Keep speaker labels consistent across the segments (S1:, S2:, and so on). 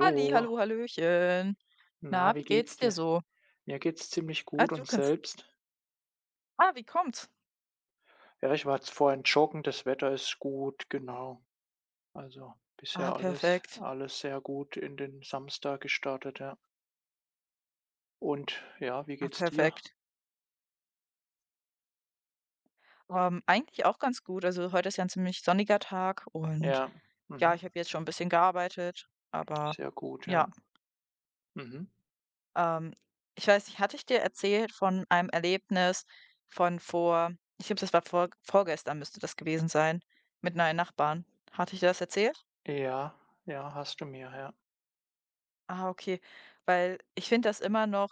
S1: Halli, hallo, hallöchen.
S2: na,
S1: Na, wie
S2: wie
S1: geht's
S2: geht's
S1: dir
S2: dir?
S1: so?
S2: Mir geht's ziemlich
S1: Ah,
S2: gut
S1: du
S2: und
S1: kannst.
S2: selbst?
S1: Ah, wie kommt's?
S2: Ja, ich war jetzt vorhin joggen, das Wetter ist gut, genau. Also bisher
S1: Ah,
S2: alles,
S1: perfekt.
S2: alles sehr gut in den Samstag gestartet, ja. Und ja, wie
S1: Ah,
S2: geht's dir?
S1: perfekt. Eigentlich auch ganz gut. Also heute ist ja ein ziemlich sonniger Tag und
S2: Ja,
S1: ja,
S2: mhm,
S1: ich habe jetzt schon ein bisschen gearbeitet, aber
S2: sehr gut, ja.
S1: ja,
S2: Mhm.
S1: ähm, ich weiß nicht, hatte ich dir erzählt von einem Erlebnis von ich glaube, das war vorgestern müsste das gewesen sein, mit neuen Nachbarn. Hatte ich dir das erzählt?
S2: Ja, ja, hast du mir, ja.
S1: Ah, okay. Weil ich finde das immer noch.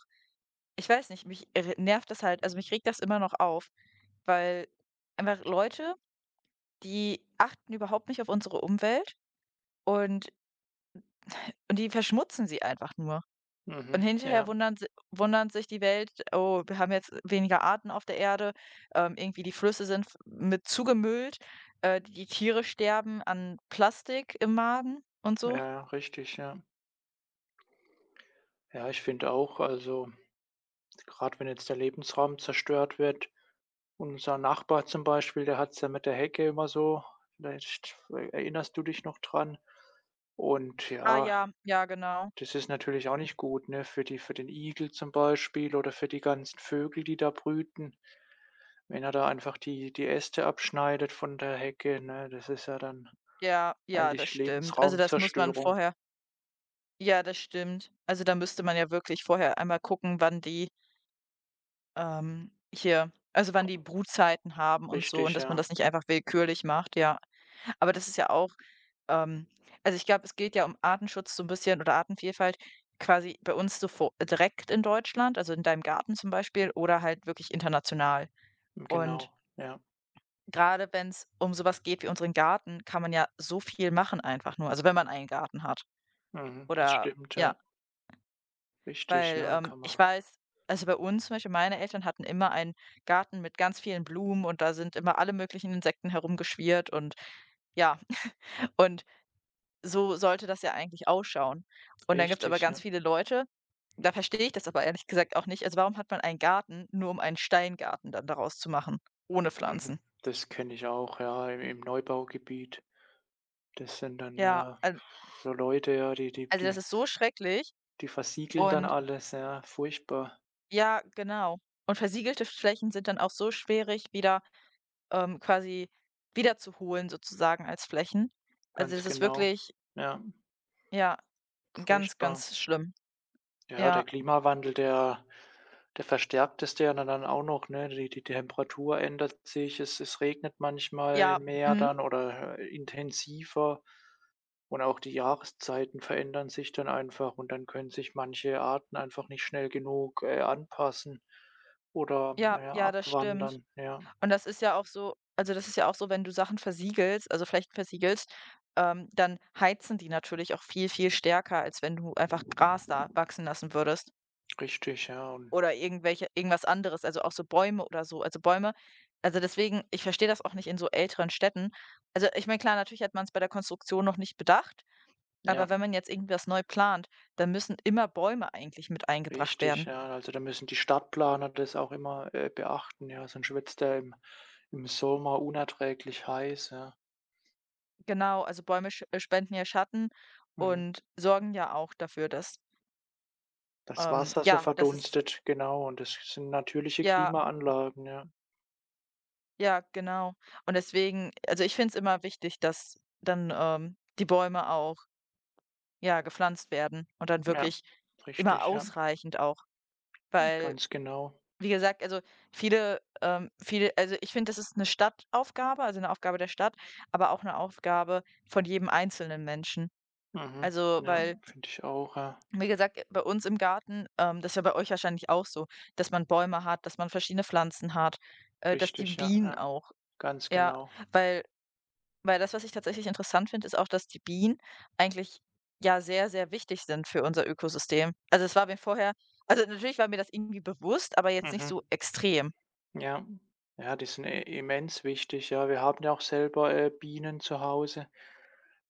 S1: Ich weiß nicht, mich irri nervt das halt, also mich regt das immer noch auf, weil einfach Leute, die achten überhaupt nicht auf unsere Umwelt, und und die verschmutzen sie einfach nur. Und
S2: Mhm,
S1: hinterher
S2: ja,
S1: wundern sich die Welt: „Oh, wir haben jetzt weniger Arten auf der Erde, irgendwie die Flüsse sind v mit zugemüllt, die Tiere sterben an Plastik im Magen und
S2: ja,
S1: so.“
S2: ja, richtig, ja. Ja, ich finde auch, also gerade wenn jetzt der Lebensraum zerstört wird. Unser Nachbar zum Beispiel, der hat's ja mit der Hecke immer so. Vielleicht erinnerst du dich noch dran. Und
S1: Ah
S2: ja,
S1: ja, ja genau.
S2: das ist natürlich auch nicht gut, ne, für den Igel zum Beispiel oder für die ganzen Vögel, die da brüten. Wenn er da einfach die Äste abschneidet von der Hecke, ne, das ist ja dann
S1: Ja, ja, das
S2: eigentlich
S1: stimmt. Also, das muss man
S2: Lebensraumzerstörung.
S1: vorher. Ja, das stimmt. Also, da müsste man ja wirklich vorher einmal gucken, wann die, wann die Brutzeiten haben und so, und
S2: Richtig,
S1: dass man das
S2: ja.
S1: nicht einfach willkürlich macht, ja. Aber das ist ja auch ähm, also, ich glaube, es geht ja um Artenschutz so ein bisschen oder Artenvielfalt quasi bei uns so vor direkt in Deutschland, also in deinem Garten zum Beispiel oder halt wirklich international. Und
S2: Genau, ja.
S1: gerade wenn es um sowas geht wie unseren Garten, kann man ja so viel machen einfach nur, also wenn man einen Garten hat
S2: Mhm, das
S1: oder
S2: stimmt,
S1: ja.
S2: ja. Richtig,
S1: Weil,
S2: ja, kann man,
S1: ich weiß, also bei uns zum Beispiel, meine Eltern hatten immer einen Garten mit ganz vielen Blumen und da sind immer alle möglichen Insekten herumgeschwirrt und ja, und so sollte das ja eigentlich ausschauen. Und dann gibt's aber
S2: richtig,
S1: ganz
S2: ja.
S1: viele Leute, da verstehe ich das aber ehrlich gesagt auch nicht. Also, warum hat man einen Garten, nur um einen Steingarten dann daraus zu machen, ohne
S2: Mhm.
S1: Pflanzen?
S2: Das kenne ich auch, ja, im Neubaugebiet. Das sind dann,
S1: Ja,
S2: ja,
S1: al
S2: so Leute, ja, die die
S1: Also, das
S2: die
S1: ist so schrecklich,
S2: die versiegeln dann
S1: und
S2: alles, ja, furchtbar,
S1: ja, genau. Und versiegelte Flächen sind dann auch so schwierig wieder quasi wiederzuholen sozusagen als Flächen. Also,
S2: ganz
S1: es ist
S2: genau.
S1: wirklich,
S2: Ja,
S1: ja, ganz,
S2: furchtbar.
S1: ganz schlimm.
S2: Ja, der
S1: Ja,
S2: Klimawandel, der verstärkt es ja dann auch noch, ne? Die Temperatur ändert sich, es regnet manchmal
S1: ja,
S2: mehr
S1: mhm,
S2: dann oder intensiver, und auch die Jahreszeiten verändern sich dann einfach, und dann können sich manche Arten einfach nicht schnell genug anpassen oder,
S1: ja,
S2: ja,
S1: ja, das stimmt.
S2: abwandern, ja.
S1: Und das ist ja auch so, also das ist ja auch so, wenn du Sachen versiegelst, also Flächen versiegelst, dann heizen die natürlich auch viel, viel stärker, als wenn du einfach Gras da wachsen lassen würdest
S2: Richtig, ja, und
S1: oder irgendwelche irgendwas anderes, also auch so Bäume oder so. Also, Bäume, also, deswegen, ich verstehe das auch nicht in so älteren Städten. Also, ich meine, klar, natürlich hat man es bei der Konstruktion noch nicht bedacht.
S2: ja,
S1: Aber wenn man jetzt irgendwas neu plant, dann müssen immer Bäume eigentlich mit eingebracht
S2: richtig,
S1: werden.
S2: ja. Also, da müssen die Stadtplaner das auch immer beachten, ja, sonst wird's da im Sommer unerträglich heiß, ja.
S1: Genau, also Bäume sch spenden ja Schatten
S2: Mhm.
S1: und sorgen ja auch dafür, dass
S2: Das Wasser so
S1: ja, das ist
S2: verdunstet, genau, und das sind natürliche
S1: ja,
S2: Klimaanlagen, ja.
S1: ja, genau. Und deswegen, also, ich finde es immer wichtig, dass dann, die Bäume auch, ja, gepflanzt werden und dann
S2: Ja,
S1: wirklich immer
S2: richtig, ja,
S1: ausreichend auch, weil,
S2: ganz genau.
S1: wie gesagt, also viele also, ich finde, das ist eine Stadtaufgabe, also eine Aufgabe der Stadt, aber auch eine Aufgabe von jedem einzelnen Menschen.
S2: Mhm.
S1: Also,
S2: Ja,
S1: weil,
S2: finde ich auch, ja.
S1: wie gesagt, bei uns im Garten, ähm, das ist ja bei euch wahrscheinlich auch so, dass man Bäume hat, dass man verschiedene Pflanzen hat, dass die
S2: Richtig, ja,
S1: Bienen
S2: ja.
S1: auch
S2: Ganz
S1: ja,
S2: genau.
S1: weil weil das, was ich tatsächlich interessant finde, ist auch, dass die Bienen eigentlich ja sehr, sehr wichtig sind für unser Ökosystem. Also, es war mir vorher, also natürlich war mir das irgendwie bewusst, aber jetzt nicht
S2: Mhm.
S1: so extrem.
S2: Ja. Ja, die sind i immens wichtig, ja. Wir haben ja auch selber Bienen zu Hause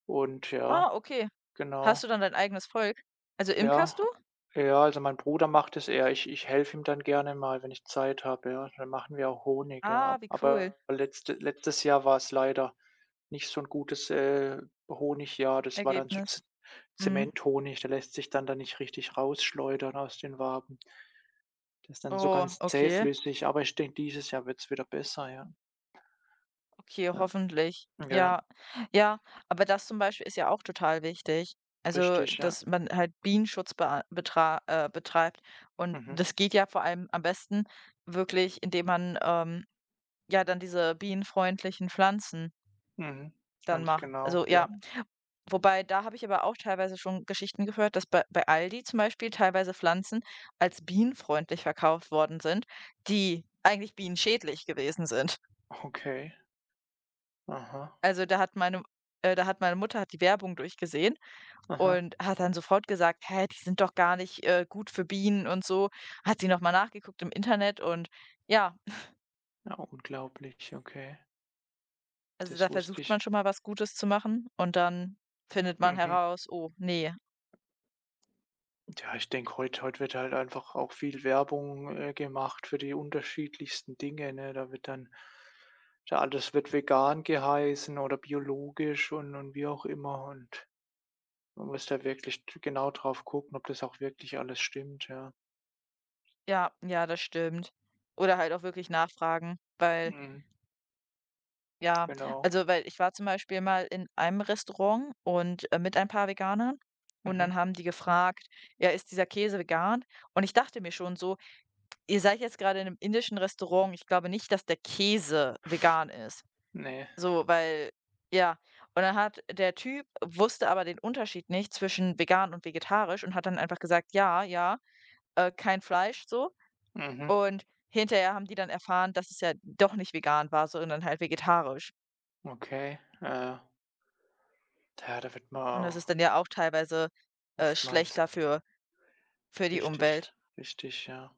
S2: und ja.
S1: Ah, okay.
S2: Genau.
S1: Hast du dann dein eigenes Volk? Also imkerst du?
S2: Ja. Ja, also mein Bruder macht es eher. Ich helfe ihm dann gerne mal, wenn ich Zeit habe, ja. Dann machen wir auch Honig, ja.
S1: Ah, wie cool.
S2: Aber letztes Jahr war es leider nicht so ein gutes Honigjahr. Das war dann so
S1: Ergebnis.
S2: Z
S1: Mhm.
S2: Zementhonig, der lässt sich dann da nicht richtig rausschleudern aus den Waben. Der ist dann so
S1: Oh,
S2: ganz
S1: okay.
S2: zähflüssig, aber ich denke, dieses Jahr wird es wieder besser, ja.
S1: Okay,
S2: Ja,
S1: hoffentlich.
S2: ja, ja,
S1: Ja. Ja, aber das zum Beispiel ist ja auch total wichtig. Also,
S2: richtig, ja.
S1: dass man halt Bienenschutz bea betra betreibt. Und
S2: Mhm,
S1: das geht ja vor allem am besten wirklich, indem man, ja, dann diese bienenfreundlichen Pflanzen
S2: mhm,
S1: dann
S2: ganz
S1: macht.
S2: genau,
S1: Also, ja.
S2: ja.
S1: Wobei, da habe ich aber auch teilweise schon Geschichten gehört, dass bei Aldi zum Beispiel teilweise Pflanzen als bienenfreundlich verkauft worden sind, die eigentlich bienenschädlich gewesen sind.
S2: Okay. Aha,
S1: Also, da hat meine Mutter hat die Werbung durchgesehen
S2: aha.
S1: und hat dann sofort gesagt: „Hä, die sind doch gar nicht, gut für Bienen und so.“ Hat sie noch mal nachgeguckt im Internet und ja,
S2: Ja, unglaublich, okay.
S1: also, da
S2: Das wusste
S1: versucht
S2: ich.
S1: man schon mal was Gutes zu machen und dann findet man
S2: Mhm.
S1: heraus: „Oh, nee.
S2: Ja, ich denke, heute wird halt einfach auch viel Werbung gemacht für die unterschiedlichsten Dinge, ne? Da wird dann, ja, alles wird vegan geheißen oder biologisch und wie auch immer, und man muss da wirklich d genau drauf gucken, ob das auch wirklich alles stimmt, ja.
S1: Ja, ja, das stimmt. Oder halt auch wirklich nachfragen, weil
S2: Mhm,
S1: ja,
S2: genau.
S1: also, weil ich war zum Beispiel mal in einem Restaurant und, mit ein paar Veganern und
S2: Mhm.
S1: dann haben die gefragt: „Ja, ist dieser Käse vegan?“ Und ich dachte mir schon so: „Ihr seid jetzt gerade in einem indischen Restaurant, ich glaube nicht, dass der Käse vegan ist.“
S2: Ne.
S1: So, weil ja. Und dann hat der Typ wusste aber den Unterschied nicht zwischen vegan und vegetarisch und hat dann einfach gesagt: „Ja, ja, kein Fleisch“, so.
S2: Mhm.
S1: Und hinterher haben die dann erfahren, dass es ja doch nicht vegan war, sondern halt vegetarisch.
S2: Okay. Ja, da wird
S1: Und das
S2: man
S1: ist dann ja auch teilweise,
S2: oftmals
S1: schlechter für die
S2: richtig,
S1: Umwelt.
S2: richtig, ja.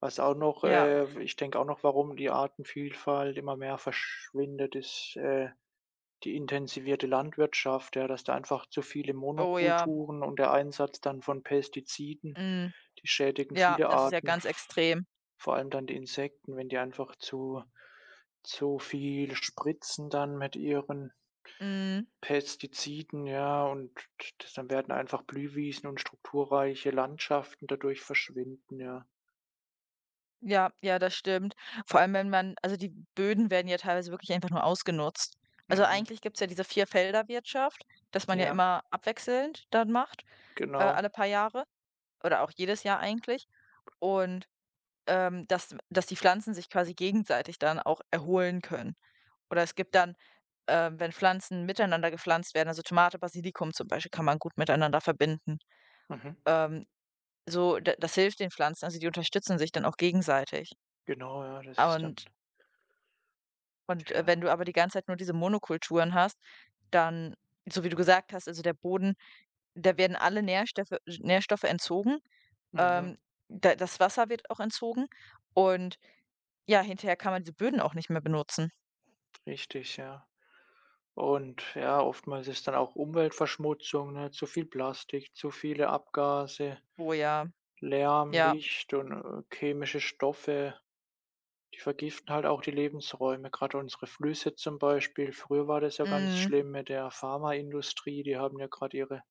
S2: Was auch noch
S1: Ja,
S2: Ich denke auch noch, warum die Artenvielfalt immer mehr verschwindet, ist die intensivierte Landwirtschaft, ja, dass da einfach zu viele
S1: oh ja,
S2: Monokulturen und der Einsatz dann von Pestiziden,
S1: mhm,
S2: die schädigen
S1: ja,
S2: viele
S1: das ist ja
S2: Arten,
S1: ganz
S2: v
S1: extrem.
S2: vor allem dann die Insekten, wenn die einfach zu viel spritzen dann mit ihren
S1: Mhm,
S2: Pestiziden, ja, und das dann werden einfach Blühwiesen und strukturreiche Landschaften dadurch verschwinden, ja.
S1: ja, ja, das stimmt. Vor allem, wenn man, also, die Böden werden ja teilweise wirklich einfach nur ausgenutzt. Also,
S2: Mhm.
S1: eigentlich gibt's ja diese Vierfelderwirtschaft, dass man ja
S2: Ja,
S1: immer abwechselnd dann macht,
S2: genau.
S1: alle paar Jahre oder auch jedes Jahr eigentlich und, dass die Pflanzen sich quasi gegenseitig dann auch erholen können. Oder es gibt dann wenn Pflanzen miteinander gepflanzt werden, also Tomate, Basilikum zum Beispiel, kann man gut miteinander verbinden.
S2: Mhm.
S1: Ähm, so, da das hilft den Pflanzen, also die unterstützen sich dann auch gegenseitig.
S2: Genau, ja, das ist dann,
S1: Und
S2: ja,
S1: wenn du aber die ganze Zeit nur diese Monokulturen hast, dann, so wie du gesagt hast, also der Boden, da werden alle Nährstoffe entzogen.
S2: mhm,
S1: Ähm, da das Wasser wird auch entzogen und ja, hinterher kann man diese Böden auch nicht mehr benutzen.
S2: richtig, ja. Und ja, oftmals ist dann auch Umweltverschmutzung, ne? Zu viel Plastik, zu viele Abgase,
S1: Oh ja,
S2: Lärm,
S1: ja.
S2: Licht und chemische Stoffe, die vergiften halt auch die Lebensräume, gerade unsere Flüsse zum Beispiel. Früher war das ja ganz
S1: Mhm.
S2: schlimm mit der Pharmaindustrie, die haben ja gerade ihre,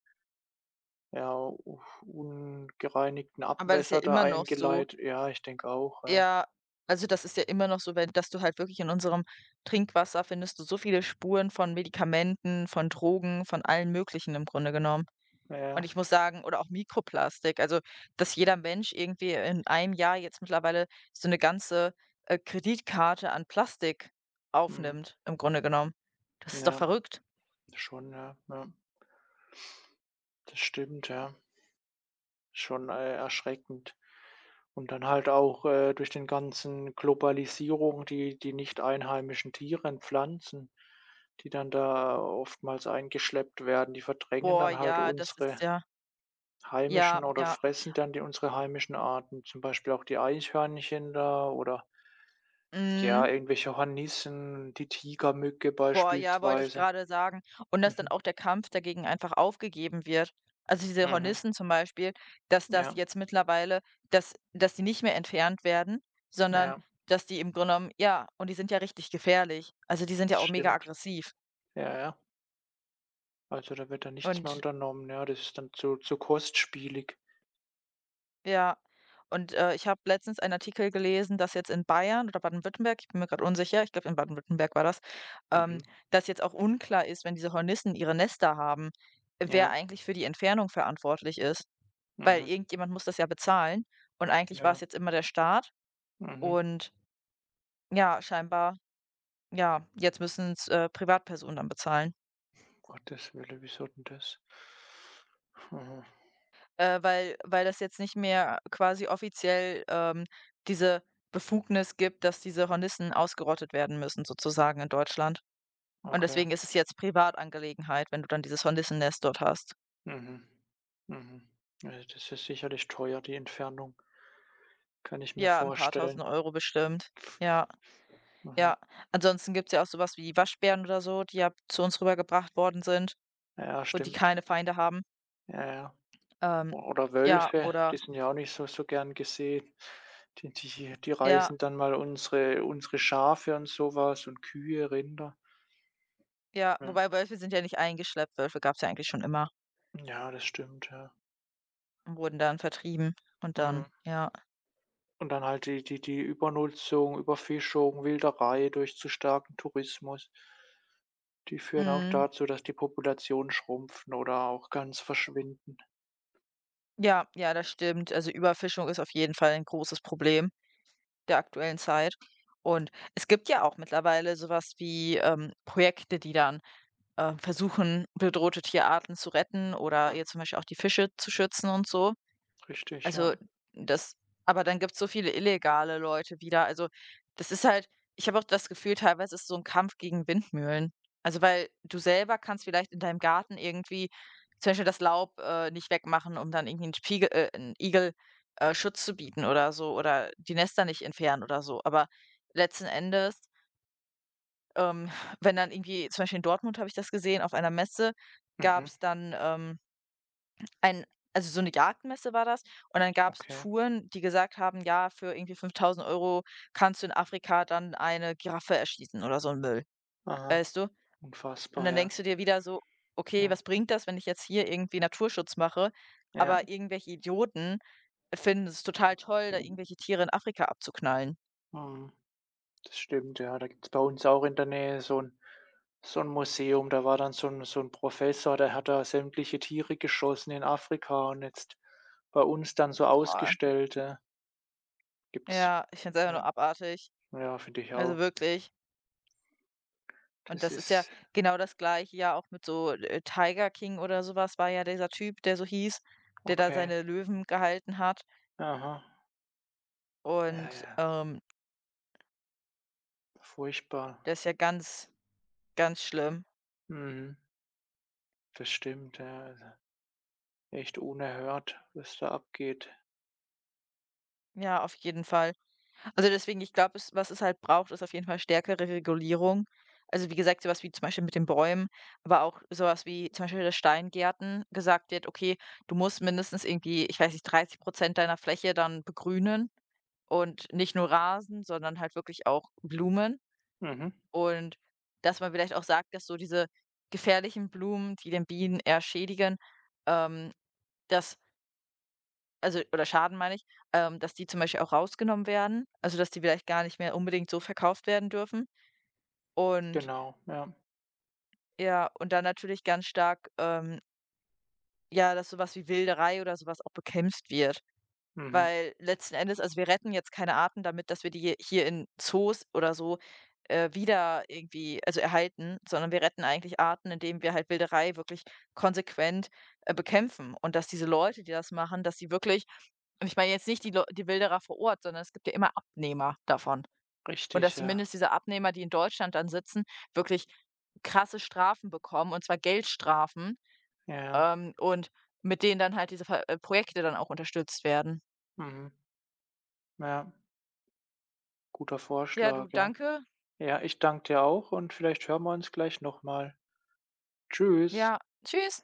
S2: ja, ungereinigten
S1: Aber das ist
S2: Abwässer
S1: ja
S2: da
S1: immer noch so.
S2: eingeleitet. Ja, ich denke auch, ja.
S1: Ja, also das ist ja immer noch so, wenn, dass du halt wirklich in unserem Trinkwasser findest du so viele Spuren von Medikamenten, von Drogen, von allen möglichen im Grunde genommen.
S2: Ja,
S1: Und
S2: ja.
S1: ich muss sagen, oder auch Mikroplastik, also dass jeder Mensch irgendwie in einem Jahr jetzt mittlerweile so eine ganze, Kreditkarte an Plastik
S2: Mhm.
S1: aufnimmt, im Grunde genommen. Das ist doch
S2: Ja,
S1: verrückt.
S2: schon, ja, ja. Das stimmt, ja. Schon erschreckend. Und dann halt auch durch den ganzen Globalisierung, die nicht einheimischen Tiere und Pflanzen, die dann da oftmals eingeschleppt werden, die verdrängen
S1: Boah,
S2: dann halt
S1: ja, das ist
S2: unsere
S1: ja
S2: heimischen
S1: ja,
S2: oder
S1: ja,
S2: fressen dann die unsere heimischen Arten, zum Beispiel auch die Eichhörnchen da oder, ja,
S1: mhm.
S2: irgendwelche Hornissen, die Tigermücke
S1: Boah, ja, wollte ich
S2: beispielsweise.
S1: gerade sagen. Und dass dann
S2: Mhm.
S1: auch der Kampf dagegen einfach aufgegeben wird. Also, diese
S2: Mhm.
S1: Hornissen zum Beispiel, dass das
S2: Ja,
S1: jetzt mittlerweile dass die nicht mehr entfernt werden, sondern
S2: ja,
S1: dass die im Grunde genommen ja, und die sind ja richtig gefährlich. Also, die sind ja
S2: das
S1: auch mega
S2: stimmt.
S1: aggressiv.
S2: Ja, ja. Also, da wird dann nichts mehr
S1: Und
S2: unternommen, ja? Das ist dann zu kostspielig.
S1: ja, ich habe letztens einen Artikel gelesen, dass jetzt in Bayern oder Baden-Württemberg, ich bin mir gerade unsicher, ich glaube in Baden-Württemberg war das, ähm,
S2: Mhm.
S1: dass jetzt auch unklar ist, wenn diese Hornissen ihre Nester haben, wer
S2: Ja.
S1: eigentlich für die Entfernung verantwortlich ist. Weil
S2: Mhm.
S1: irgendjemand muss das ja bezahlen. Und eigentlich war es
S2: Ja.
S1: jetzt immer der Staat
S2: Mhm.
S1: und ja, scheinbar, ja, jetzt müssen's, Privatpersonen dann bezahlen,
S2: Um Gottes Willen, wieso denn das? Mhm.
S1: weil das jetzt nicht mehr quasi offiziell, diese Befugnis gibt, dass diese Hornissen ausgerottet werden müssen sozusagen in Deutschland. Und
S2: Okay.
S1: deswegen ist es jetzt Privatangelegenheit, wenn du dann dieses Hornissennest dort hast.
S2: Mhm. Mhm. Also, das ist sicherlich teuer, die Entfernung. Kann ich mir
S1: Ja, ein paar tausend
S2: vorstellen.
S1: Euro bestimmt. Ja,
S2: Mhm.
S1: ja. Ansonsten gibt's ja auch sowas wie Waschbären oder so, die ja zu uns rübergebracht worden sind
S2: Ja,
S1: und die
S2: stimmt.
S1: keine Feinde haben.
S2: Ja, ja.
S1: Ähm,
S2: O Oder
S1: ja,
S2: Wölfe,
S1: oder
S2: die sind ja auch nicht so so gern gesehen. Die
S1: ja,
S2: reißen dann mal unsere Schafe und sowas und Kühe, Rinder.
S1: ja,
S2: Ja.
S1: wobei Wölfe sind ja nicht eingeschleppt. Wölfe gab es ja eigentlich schon immer
S2: Ja, das stimmt, ja.
S1: und wurden dann vertrieben und dann
S2: Mhm.
S1: ja.
S2: Und dann halt die Übernutzung, Überfischung, Wilderei durch zu starken Tourismus, die führen auch
S1: Mhm.
S2: dazu, dass die Populationen schrumpfen oder auch ganz verschwinden.
S1: Ja, ja, das stimmt. Also, Überfischung ist auf jeden Fall ein großes Problem der aktuellen Zeit. Und es gibt ja auch mittlerweile sowas wie, Projekte, die dann, versuchen, bedrohte Tierarten zu retten oder jetzt zum Beispiel auch die Fische zu schützen und so.
S2: Richtig, ja.
S1: Also, das, aber dann gibt es so viele illegale Leute wieder. Also, das ist halt, ich habe auch das Gefühl, teilweise ist es so ein Kampf gegen Windmühlen. Also, weil du selber kannst vielleicht in deinem Garten irgendwie zum Beispiel das Laub, nicht wegmachen, um dann irgendwie 'n Igel, Schutz zu bieten oder so, oder die Nester nicht entfernen oder so. Aber letzten Endes, ähm, wenn dann irgendwie zum Beispiel in Dortmund habe ich das gesehen, auf einer Messe gab
S2: Mhm.
S1: es dann, ein also, so eine Jagdmesse war das, und dann gab's
S2: Okay.
S1: Touren, die gesagt haben: „Ja, für irgendwie 5.000 Euro kannst du in Afrika dann eine Giraffe erschießen“ oder so ein Müll,
S2: Aha.
S1: weißt du? Und
S2: Unfassbar,
S1: dann
S2: ja.
S1: denkst du dir wieder so: „Okay,
S2: Ja,
S1: was bringt das, wenn ich jetzt hier irgendwie Naturschutz mache?“
S2: ja.
S1: Aber irgendwelche Idioten finden es total toll, da irgendwelche Tiere in Afrika abzuknallen.
S2: Mhm. Das stimmt, ja. Da gibt's bei uns auch in der Nähe so ein Museum, da war dann so ein Professor, der hat da sämtliche Tiere geschossen in Afrika und jetzt bei uns dann so
S1: Oh,
S2: ausgestellt, ja. Gibt's,
S1: ja, ich finde es einfach
S2: ja.
S1: nur abartig.
S2: Ja, finde ich
S1: Also,
S2: auch.
S1: wirklich. Und
S2: Das
S1: das ist ja
S2: ist
S1: genau das Gleiche ja auch mit so, Tiger King oder sowas war ja dieser Typ, der so hieß, der da
S2: okay.
S1: seine Löwen gehalten hat.
S2: Aha. Ja,
S1: Und,
S2: ja, furchtbar.
S1: das ist ja ganz, ganz schlimm.
S2: Mhm. Das stimmt, ja. Also, echt unerhört, was da abgeht.
S1: Ja, auf jeden Fall. Also, deswegen, ich glaube, es was es halt braucht, ist auf jeden Fall stärkere Regulierung. Also, wie gesagt, sowas wie zum Beispiel mit den Bäumen, aber auch sowas wie zum Beispiel, dass Steingärten gesagt wird: „Okay, du musst mindestens irgendwie, ich weiß nicht, 30 deiner Fläche dann begrünen und nicht nur Rasen, sondern halt wirklich auch Blumen.“
S2: Mhm.
S1: Und dass man vielleicht auch sagt, dass so diese gefährlichen Blumen, die den Bienen eher schädigen, ähm, dass also oder Schaden meine ich, dass die zum Beispiel auch rausgenommen werden, also dass die vielleicht gar nicht mehr unbedingt so verkauft werden dürfen. Und
S2: Genau, ja.
S1: ja, und dann natürlich ganz stark, ja, dass so was wie Wilderei oder so was auch bekämpft wird.
S2: Mhm.
S1: Weil letzten Endes, also, wir retten jetzt keine Arten damit, dass wir die hier in Zoos oder so, wieder irgendwie, also erhalten, sondern wir retten eigentlich Arten, indem wir halt Wilderei wirklich konsequent, bekämpfen und dass diese Leute, die das machen, dass sie wirklich, und ich meine jetzt nicht die Leu die Wilderer vor Ort, sondern es gibt ja immer Abnehmer davon. Und
S2: Richtig,
S1: dass
S2: ja.
S1: zumindest diese Abnehmer, die in Deutschland dann sitzen, wirklich krasse Strafen bekommen, und zwar Geldstrafen,
S2: Ja, ja.
S1: und mit denen dann halt diese Ver Projekte dann auch unterstützt werden.
S2: Mhm. Ja, guter
S1: Ja, du,
S2: Vorschlag, ja.
S1: danke.
S2: Ja, ich danke dir auch, und vielleicht hören wir uns gleich nochmal. Tschüss.
S1: Ja, tschüss.